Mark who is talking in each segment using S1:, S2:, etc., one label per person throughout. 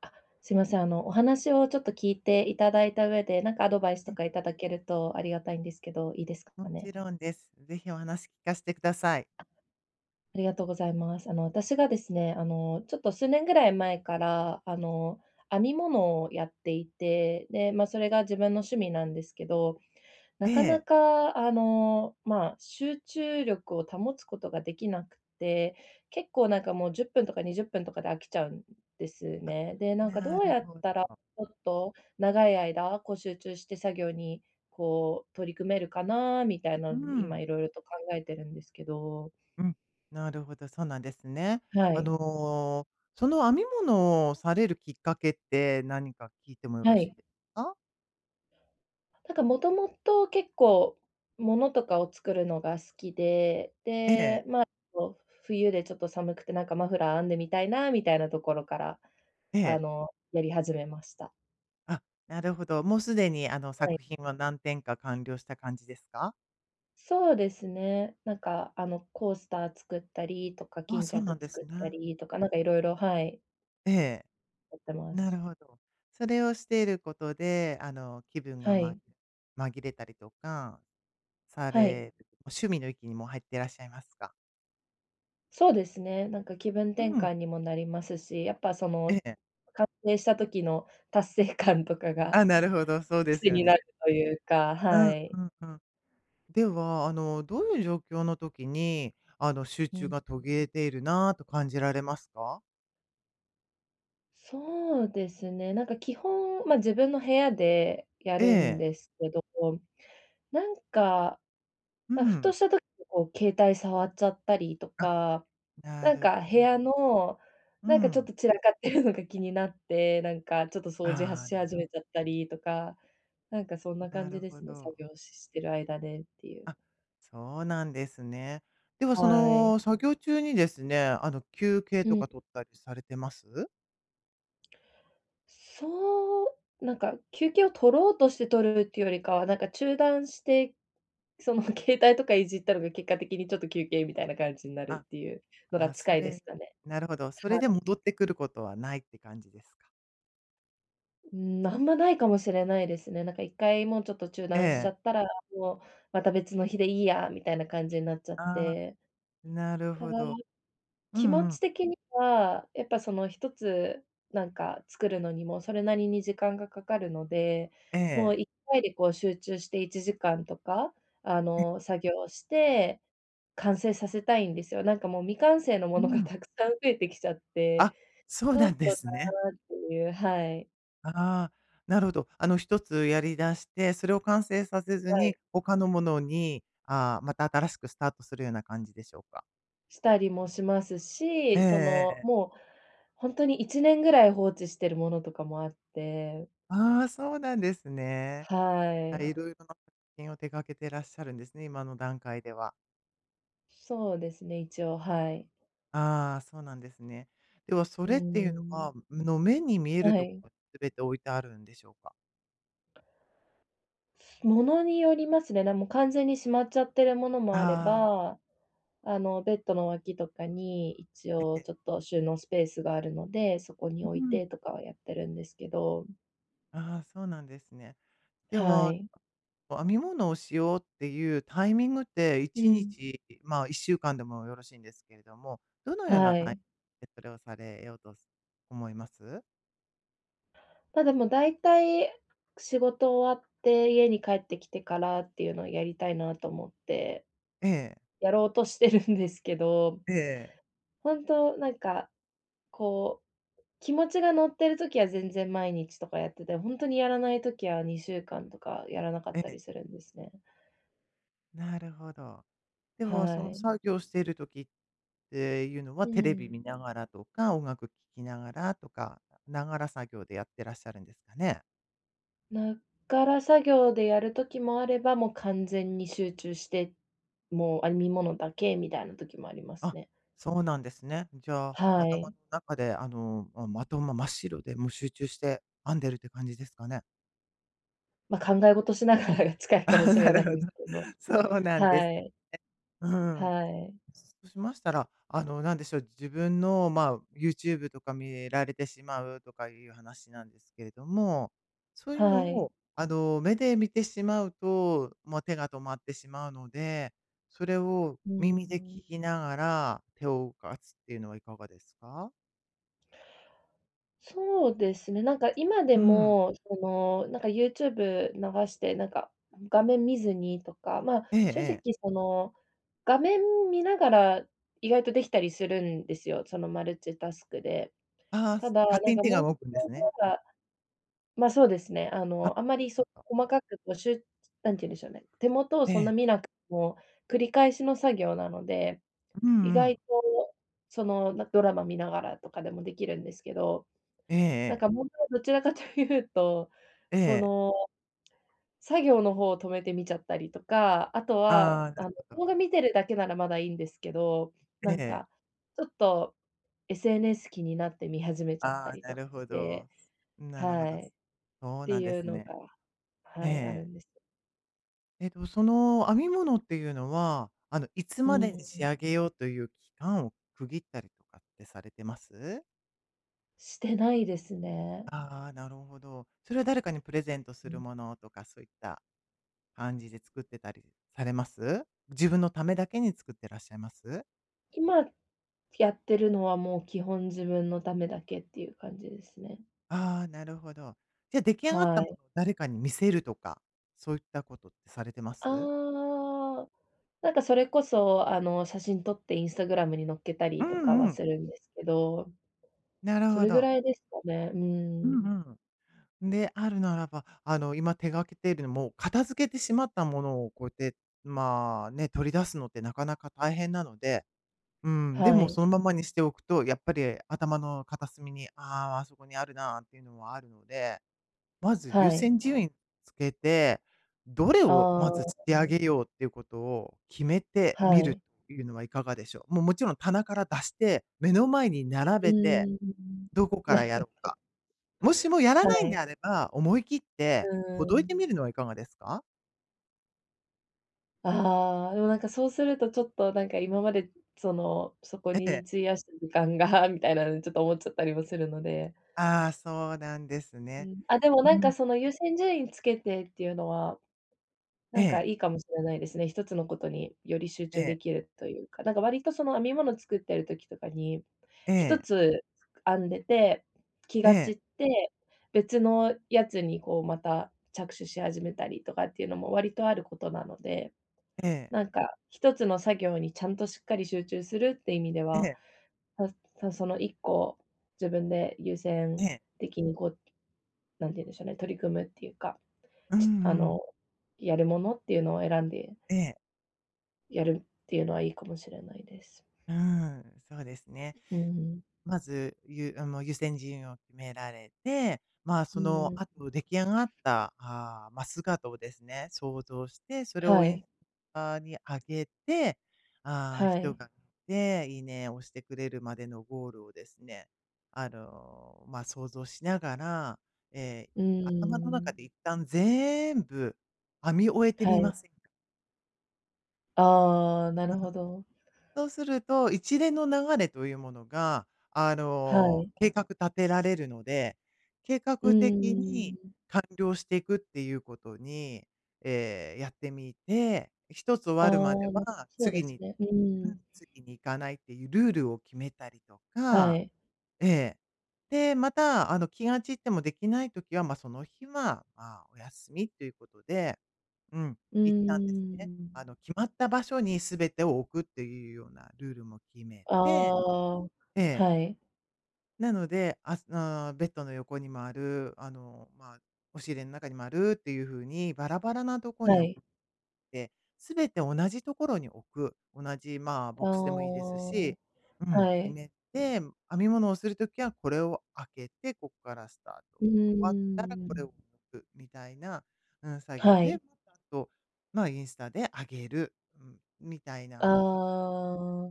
S1: あ、すいません。お話をちょっと聞いていただいた上で、なんかアドバイスと
S2: え
S1: かいただけるとありがたいんですけど、いいですか
S2: もち
S1: ね？
S2: ろんです。ぜひお話聞かせてください。
S1: ありがとうございます。私がですね、ちょっと数年ぐらい前から、編み物をやっていて、で、まあ、それが自分の趣味なんですけど、
S2: え
S1: なかな
S2: え。
S1: か、まあ、集中力を保つことができなくて、結構なんかもう10分とか20分とかで飽きちゃうんです
S2: あ、
S1: ね。で、なんか
S2: な
S1: どう
S2: る
S1: やっ
S2: ほど。
S1: たら、ちょっと長い間、こう集中して作業に、こう取り組めるかなみたいな
S2: う
S1: ので、
S2: ん、
S1: 今いろいろと考えてるんですけど。
S2: うん。なるほど、そうなんですね。
S1: は
S2: あ
S1: い。
S2: の、その編み物をされるきっかけって何か聞いてもよろ
S1: は
S2: しい
S1: い。
S2: ですか？
S1: なんかもともと結構物とかを作るのが好きで、
S2: ええ、
S1: で、まあ、こう冬でちょっと寒くてなんかマフラー編んでみたいなみたいなところから、
S2: ええ。
S1: やり始めました。
S2: あ、なるほど。もうすでにあの
S1: は
S2: 作
S1: い。
S2: 品は何点か完了した感じですか？
S1: そうですね。なんかあのコースター作ったりとか、
S2: あ、
S1: 巾
S2: そうな
S1: 着
S2: んで
S1: 作
S2: す
S1: った
S2: ね。
S1: りとか、なんかいろいろ、はい、
S2: ええ、
S1: やってま
S2: なる
S1: す。
S2: ほど。それをしていることで、あの気分が
S1: はい。
S2: 紛れたりとかさ
S1: はい。
S2: れるもう趣味の域にもう入っていらっしゃいますか？
S1: そうですね。なんか気分
S2: う
S1: 転
S2: ん、
S1: 換にもなりますし、やっぱそ
S2: え
S1: の
S2: え。
S1: 完成した時の達成感とかが
S2: あ、なるほど、そうです
S1: 癖
S2: よ
S1: にな
S2: ね。
S1: るというか、
S2: うん
S1: は
S2: う
S1: い。
S2: んうん。では、あの、どういう状況の時に、あの、集
S1: う
S2: 中
S1: ん。
S2: が途切れているなと感じられますか？
S1: そうですね、なんか基本、まあ、自分の部屋でや
S2: え
S1: るん
S2: え、
S1: ですけど、なんか、
S2: う
S1: まあ、ふと
S2: ん。
S1: した時にこう携帯触っちゃったりと
S2: あ、
S1: か、
S2: な
S1: なん
S2: るほ
S1: か
S2: ど、
S1: 部屋の、
S2: う
S1: なんかちょっ
S2: ん。
S1: と散らかってるのが気になって、なんかちょっと掃除は
S2: ああ、
S1: し
S2: な
S1: 始
S2: るほ
S1: めちゃったりとか、なんかそんな
S2: どな
S1: 感じ
S2: る
S1: で
S2: ほ
S1: すね、作
S2: ど。
S1: 業ししてる間でっていう。
S2: あ、そうなんですね。では、そ
S1: はい。
S2: の作業中にですね、あの、休憩
S1: う
S2: と
S1: ん
S2: か取ったりされてます？
S1: そう、なんか休憩を取ろうとして取るっていうよりかは、なんか中断して、その 携帯とかいじったのが結果的にちょっと休憩みたいな感じになる
S2: あ
S1: っていうのが
S2: あ、
S1: 近いですかね。
S2: なるほど。それ
S1: はい。
S2: で戻ってくることはないって感じですか？
S1: うーん、あんまないかもしれないですね。なんか1回もうちょっと中
S2: え
S1: 断しちゃっ
S2: え。
S1: たら、もうまた別の日でいいやみたいな感じになっちゃっ
S2: ああ、
S1: て。
S2: なる
S1: た
S2: ほ
S1: だ
S2: ど。う
S1: 気持
S2: んう
S1: ち
S2: ん。
S1: 的には、やっぱその一つなんか作るのにもそれなりに時間がかかるので、
S2: え
S1: もう
S2: え。
S1: 一回でこう集中して1時間とか、
S2: え、
S1: 作業して、完成させたいんですよ。なんかもう未完成のも
S2: う
S1: のが
S2: ん。
S1: たくさん増えてきちゃって、
S2: あ、そう
S1: ちょ
S2: な
S1: っ
S2: ん
S1: と
S2: で
S1: な
S2: すね。
S1: っていうはい、
S2: ああ、なるほど。あの、一つやり出して、それを完成させず
S1: は
S2: に、
S1: い、
S2: 他のものに、ああ、また新しくスタートするような感じでしょうか？
S1: したりもします
S2: え
S1: し、その、
S2: えええ
S1: もう本当に1年ぐらい放置してるものとかもあって、
S2: ああ、そうなんですね。
S1: は
S2: あ、ろい。
S1: い。
S2: ろな作品を手掛けてらっしゃるんですね、今の段階では。
S1: そうですね、一応、はい。
S2: ああ、そうなんですね。では、そ
S1: うー
S2: れっていうの
S1: ん。
S2: は、目に見える
S1: は
S2: とこ
S1: い。
S2: ろは全て置いてあるんでしょうか？
S1: ものによりますね。もう完全にしまっちゃってるものもあれ
S2: ああ、
S1: ば、ベッドの脇とかに一
S2: え
S1: 応
S2: え。
S1: ちょっと収納スペースがあるので、そこに
S2: う
S1: 置い
S2: ん。
S1: てとかはやってるんですけど、
S2: ああ、そうなんですね。で
S1: は
S2: は、
S1: い。
S2: 編み物をしようっていうタイミングって、
S1: う
S2: 1
S1: ん。
S2: 日、まあ、1週間でもよろしいんですけれども、どのような
S1: は
S2: タイミン
S1: い。
S2: グでそれをされようと思います？
S1: ま、でも大体仕事終わって家に帰ってきてからっていうのをやりたいなと思って
S2: ええ、
S1: やろうとしてるんですけど、
S2: ええ、
S1: 本当なんか、こう気持ちが乗ってる時は全然毎日とかやってて、ほんとにやらない時は2週間とかやらなかっ
S2: え
S1: た
S2: え。
S1: りするんですね。
S2: なるほど。では、そ
S1: は
S2: の
S1: い。
S2: 作業しているっていうのは、
S1: う
S2: テレビ
S1: ん。
S2: 見ながらとか、音楽聴きながらとか、ながら作業でやってらっしゃるんですかね？
S1: ながら作業でやる時もあれば、もう完全に集中して、もう編み物だけみたいな時もあります
S2: あ、
S1: ね。
S2: そうなんですね。じゃあ、
S1: は
S2: 頭
S1: い。
S2: の中で、あの、ま、まとま真っ白で、もう集中して編んでるって感じですかね？
S1: ま、考え事しながらが近 いかも
S2: あ、
S1: しれ
S2: なる
S1: な
S2: ほ
S1: い
S2: ど。
S1: ですけど。
S2: そうなんです。
S1: はい。
S2: うん。
S1: はい。
S2: そうしましたら、あの、なんでしょう、自分の、まあ、YouTube とか見られてしまうとかいう話なんですけれども、そういうの
S1: はい。
S2: を、あの、目で見てしまうと、まあ、手が止まってしまうので、それを
S1: うん
S2: 耳
S1: う
S2: で聞
S1: ん。
S2: きながら手を動かすっていうのはいかがですか？
S1: そうですね、なんか今で
S2: うん。
S1: も、その、なんか YouTube 流して、なんか画面見ずにとか、まあ、
S2: ええ
S1: 正直
S2: ええ。
S1: その、画面見ながら意外とできたりするんですよ、そのマルチタスクで。
S2: ああ、
S1: ただ、
S2: 勝手
S1: なん
S2: に
S1: か
S2: 手が
S1: 問
S2: 動くんです
S1: 題
S2: ね。
S1: はまあ、そうですね、
S2: あ、
S1: あんまりそ
S2: な
S1: う
S2: るほど
S1: 細かくこうなんて言うんでしょうね、手元を
S2: え
S1: そんな
S2: え。
S1: 見なくても、繰り返しの作業なので、
S2: うん
S1: 意
S2: う
S1: 外
S2: ん。
S1: とその、ドラマ見ながらとかでもできるんですけど
S2: ええ
S1: なん
S2: ええ。
S1: か問題はどちらかというと、
S2: え
S1: そ
S2: え。
S1: の、作業の方を止めて見ちゃったりとか、あとは、
S2: ああ、なるほど。
S1: 動画見てるだけならまだいいんですけど、
S2: え
S1: なん
S2: え。
S1: か、ちょっと SNS 気になって見始めちゃっ
S2: あ
S1: た
S2: あ、
S1: り
S2: な
S1: とか
S2: るほ
S1: して、
S2: ど。なるほ
S1: は
S2: ど。
S1: い、っ
S2: そう
S1: て
S2: なんで
S1: いう
S2: す
S1: の
S2: ね。
S1: が、は
S2: え
S1: い、ある
S2: え。
S1: んです。
S2: えっと、その編み物っていうのは、あの、いつ
S1: う
S2: まで
S1: ん、
S2: に仕上げようという期間を区切ったりとかってされてます？
S1: してないですね。
S2: ああ、なるほど。それは誰かにプレゼントす
S1: う
S2: る
S1: ん。
S2: ものとか、そういった感じで作ってたりされます？自分のためだけに作ってらっしゃいます？
S1: 今やってるのはもう基本自分のためだけっていう感じですね。
S2: ああ、なるほど。あ、出来上がった
S1: は
S2: も
S1: い。
S2: のを誰かに見せるとか、そういったことってされてます？
S1: ああ、なんかそれこそ、写真撮ってインスタグラムに載っけた
S2: う
S1: りとか
S2: んう
S1: は
S2: ん。
S1: するんですけど、
S2: なる
S1: そ
S2: ほ
S1: れぐ
S2: ど。
S1: らいですかね。う
S2: う
S1: ーん。
S2: んうん。で、あるならば、あの、今手がけているのも、片付けてしまったものをこうやって、まあね、取り出すのってなかなか大変なので、うん、で
S1: は
S2: も
S1: い。
S2: そのままにしておくと、やっぱり頭の片隅に、ああ、あそこにあるなっていうのはあるので、まず優
S1: はい。
S2: 先順位つけて、どれをま
S1: あ
S2: ずし
S1: あ、
S2: てあげようっていうことを決めてみ
S1: は
S2: る
S1: い。
S2: というのはいかがでしょう。もうもちろん棚から出して、目の前に並
S1: う
S2: べて、
S1: ーん。
S2: どこか
S1: な
S2: ら
S1: る
S2: や
S1: ほ
S2: ろう
S1: ど、
S2: か。もしもやら
S1: は
S2: ないんで
S1: い。
S2: あれば、思い切って
S1: う
S2: ほ
S1: ー
S2: どいてみ
S1: ん。
S2: るのはいかがですか？
S1: ああ、でもなんかそうするとちょっとなんか今までその、そこ
S2: え
S1: に
S2: え。
S1: 費やした時間が みたいなのちょっと思っちゃったりもするので。
S2: ああ、そうなんです
S1: う
S2: ね。
S1: ん。あ、でも
S2: う
S1: なんか
S2: ん。
S1: その優先順位つけてっていうのは
S2: え
S1: なんか
S2: え、
S1: いいかもしれないですね。一つのことにより集
S2: え
S1: 中で
S2: え、
S1: きるというか、なんか割とその編み物作ってる時とかに、
S2: え
S1: 一
S2: え、
S1: つ編んでて、気
S2: え
S1: が散
S2: え、
S1: って、別のやつにこうまた着手し始めたりとかっていうのも割とあることなので、
S2: ええ、
S1: なんか一つの作業にちゃんとしっかり集中するって意味で
S2: ええ、え
S1: は、
S2: え、
S1: たたその一個自分で優先的にこう、なんて言うんでしょうね、取り組むっていうか、
S2: うん
S1: ちあ
S2: うん。
S1: の、やるものっていうのを選んで
S2: ええ、
S1: やるっていうのはいいかもしれないです。
S2: うーん、そうですね。
S1: うん、
S2: まず、ゆあの、優先順位を決められて、まあ、
S1: う
S2: その
S1: ん。
S2: 後出来上がった、ああ、まあ、姿をですね、想像して、それを
S1: は
S2: インス
S1: い、
S2: タに上げて、ああ、
S1: は
S2: 人
S1: い。
S2: が見て、いいねを押してくれるまでのゴールをですね、あの、まあ、想像しながら、ええ、
S1: うー
S2: 頭の中
S1: ん。
S2: で一旦全部編み終えて
S1: は
S2: みま
S1: い。
S2: せんか？
S1: ああ、なるほど。
S2: そうすると、一連の流れというものが、あ
S1: は
S2: の、
S1: い。
S2: 計画立てられるので、計
S1: う
S2: 画的
S1: ー
S2: に
S1: ん。
S2: 完了していくっていうことに、やってみて、一つ終わ
S1: あ
S2: るまで
S1: あ、
S2: は
S1: そうで
S2: 次
S1: す
S2: に
S1: ね。うー
S2: うん、
S1: ん。
S2: 次に行かないっていうルールを決めたりと
S1: は
S2: か、
S1: い。
S2: ええ。で、また、あの、気が散ってもできないときは、まあ、その日は、まあ、お休みということでうん、
S1: うー
S2: 行ったんですね。あ
S1: ん。
S2: の、決まった場所に全てを置くっていうようなルールも決め
S1: あ
S2: て、
S1: あ、
S2: ええ。
S1: はい、
S2: なので、ああ、ベッドの横にもある、あの、まあ、押し入れの中にもあるっていう風にバラバラなとこに
S1: は
S2: 置
S1: い。
S2: くて、全て同じところに置く、同じ、まあ、ボ
S1: あ
S2: ッ
S1: あ、
S2: クスでもいいですし、うん、
S1: は
S2: 決
S1: い。
S2: めて、編み物をするときはこれを開けて、ここからスタート。
S1: うー
S2: 終わったらこれを
S1: ん。
S2: 抜くみたいな、うん、作業
S1: は
S2: で、ま
S1: い。
S2: たあと、まあ、インスタで上げる、うん、みたい
S1: あ
S2: な。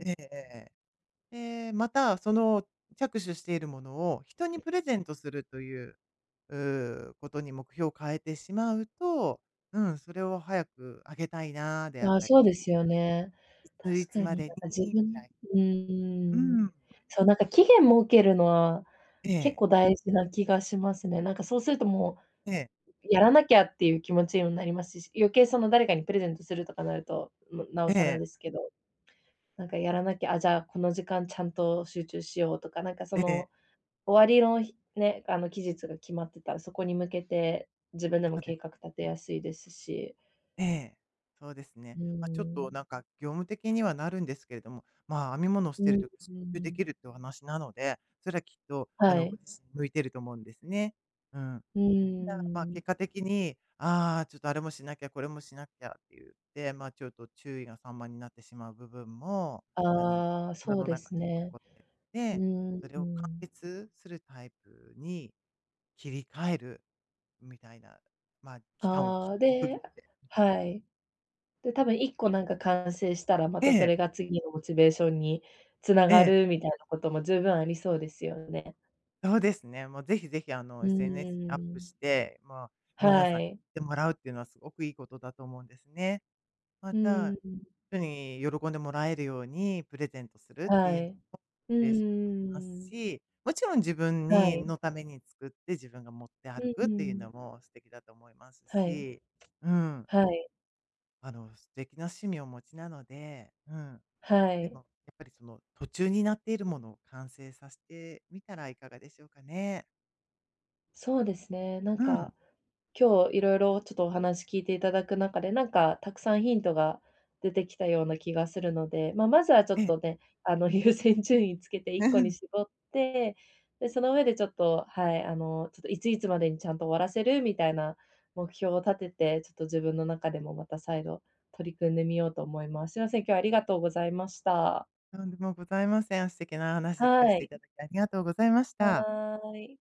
S2: ええええ。また、その着手しているものを人にプレゼントするという、うー、ことに目標を変えてしまうと、うん、それを早く上げたいなーであっ
S1: ああ、
S2: たり
S1: そう
S2: とか
S1: ですよね。
S2: 数
S1: 確か
S2: 日
S1: に
S2: まで
S1: な
S2: に
S1: んか自
S2: みた
S1: 分
S2: いな。
S1: う
S2: う
S1: ーん。
S2: ん。
S1: そう、なんか期限設けるのは、
S2: え
S1: 結
S2: え、
S1: 構大事な気がしますね。なんかそうするとも
S2: ええ、
S1: う、やらなきゃっていう気持ちにもなりますし、余計その誰かにプレゼントするとかなると、も、なお
S2: え
S1: さら
S2: え、
S1: ですけど、なんかやらなきゃ、あ、じゃあこの時間ちゃんと集中しようとか、なんかそ
S2: ええ、
S1: の終わりの、あの期日が決まってたら、そこに向けて自分で
S2: そ
S1: も
S2: うで
S1: 計画
S2: す。
S1: 立てやすいですし。
S2: ええ、そうですね。
S1: うー
S2: まあ、ちょっと
S1: ん。
S2: なんか業務的にはなるんですけれども、まあ、編み物をし
S1: う
S2: ている
S1: ん、
S2: と集
S1: う
S2: 中で
S1: ん。
S2: きるってお話なので、それはきっとあ
S1: は
S2: の、ご
S1: い。
S2: 自身に向いてると思うんですね。うん。
S1: う
S2: だからまあ、
S1: ーん。
S2: 結果的に、ああ、ちょっとあれもしなきゃ、これもしなきゃって言って、まあ、ちょっと注意が散漫になってしまう部分も、あの、
S1: ああ、
S2: 今
S1: そう
S2: の
S1: で
S2: 中
S1: す
S2: に
S1: ね。
S2: 残って
S1: う
S2: て、それ
S1: ー
S2: を完
S1: ん。
S2: 結するタイプに切り替えるみたいな、まあ、期間を
S1: ああ、
S2: 区切っ
S1: で、
S2: てみたいな。
S1: はい。で、多分1個なんか完成したら、ま
S2: え
S1: たそ
S2: え、
S1: れが次のモチベーションにつな
S2: え
S1: が
S2: え、
S1: るみたいなことも十分ありそうですよね。
S2: そうですね。もうぜひぜひ、あの、
S1: うー
S2: SNS にアップ
S1: ん。
S2: して、まあ、
S1: は
S2: 皆さんに知っ
S1: い。
S2: てもらうっていうのはすごくいいことだと思うんですね。ま
S1: うー
S2: た、
S1: ん。
S2: 人に喜んでもらえるようにプレゼントするって
S1: は
S2: いうのも、
S1: い。
S2: モチ
S1: うー
S2: ベーション上がります
S1: ん。
S2: し、もちろん自分
S1: は
S2: に
S1: い。
S2: のために作って自分が持って
S1: う
S2: 歩
S1: ー
S2: くっていう
S1: ん。
S2: のも素敵だと思います
S1: はい。
S2: し、うん、
S1: はい。
S2: あの、素敵な趣味をお持ちなので、うん。
S1: は
S2: で
S1: い。
S2: も、やっぱりその途中になっているものを完成させてみたらいかがでしょうかね。
S1: そうですね、なん
S2: うん。
S1: か今日いろいろちょっとお話聞いていただく中で、なんかたくさんヒントが出てきたような気がするので、まあ、まずはちょ
S2: え
S1: っ
S2: え。
S1: とね、優先順位つけて一個に絞 って、で、その上でちょっと、はい、ちょっといついつまでにちゃんと終わらせるみたいな目標を立てて、ちょっと自分の中でもまた再度取り組んでみようと思います。すいません、今日はありがとうございました。
S2: とんでもございません。素敵な話聞かせ
S1: は
S2: てい
S1: い。
S2: ただきありがとうございました。
S1: はい。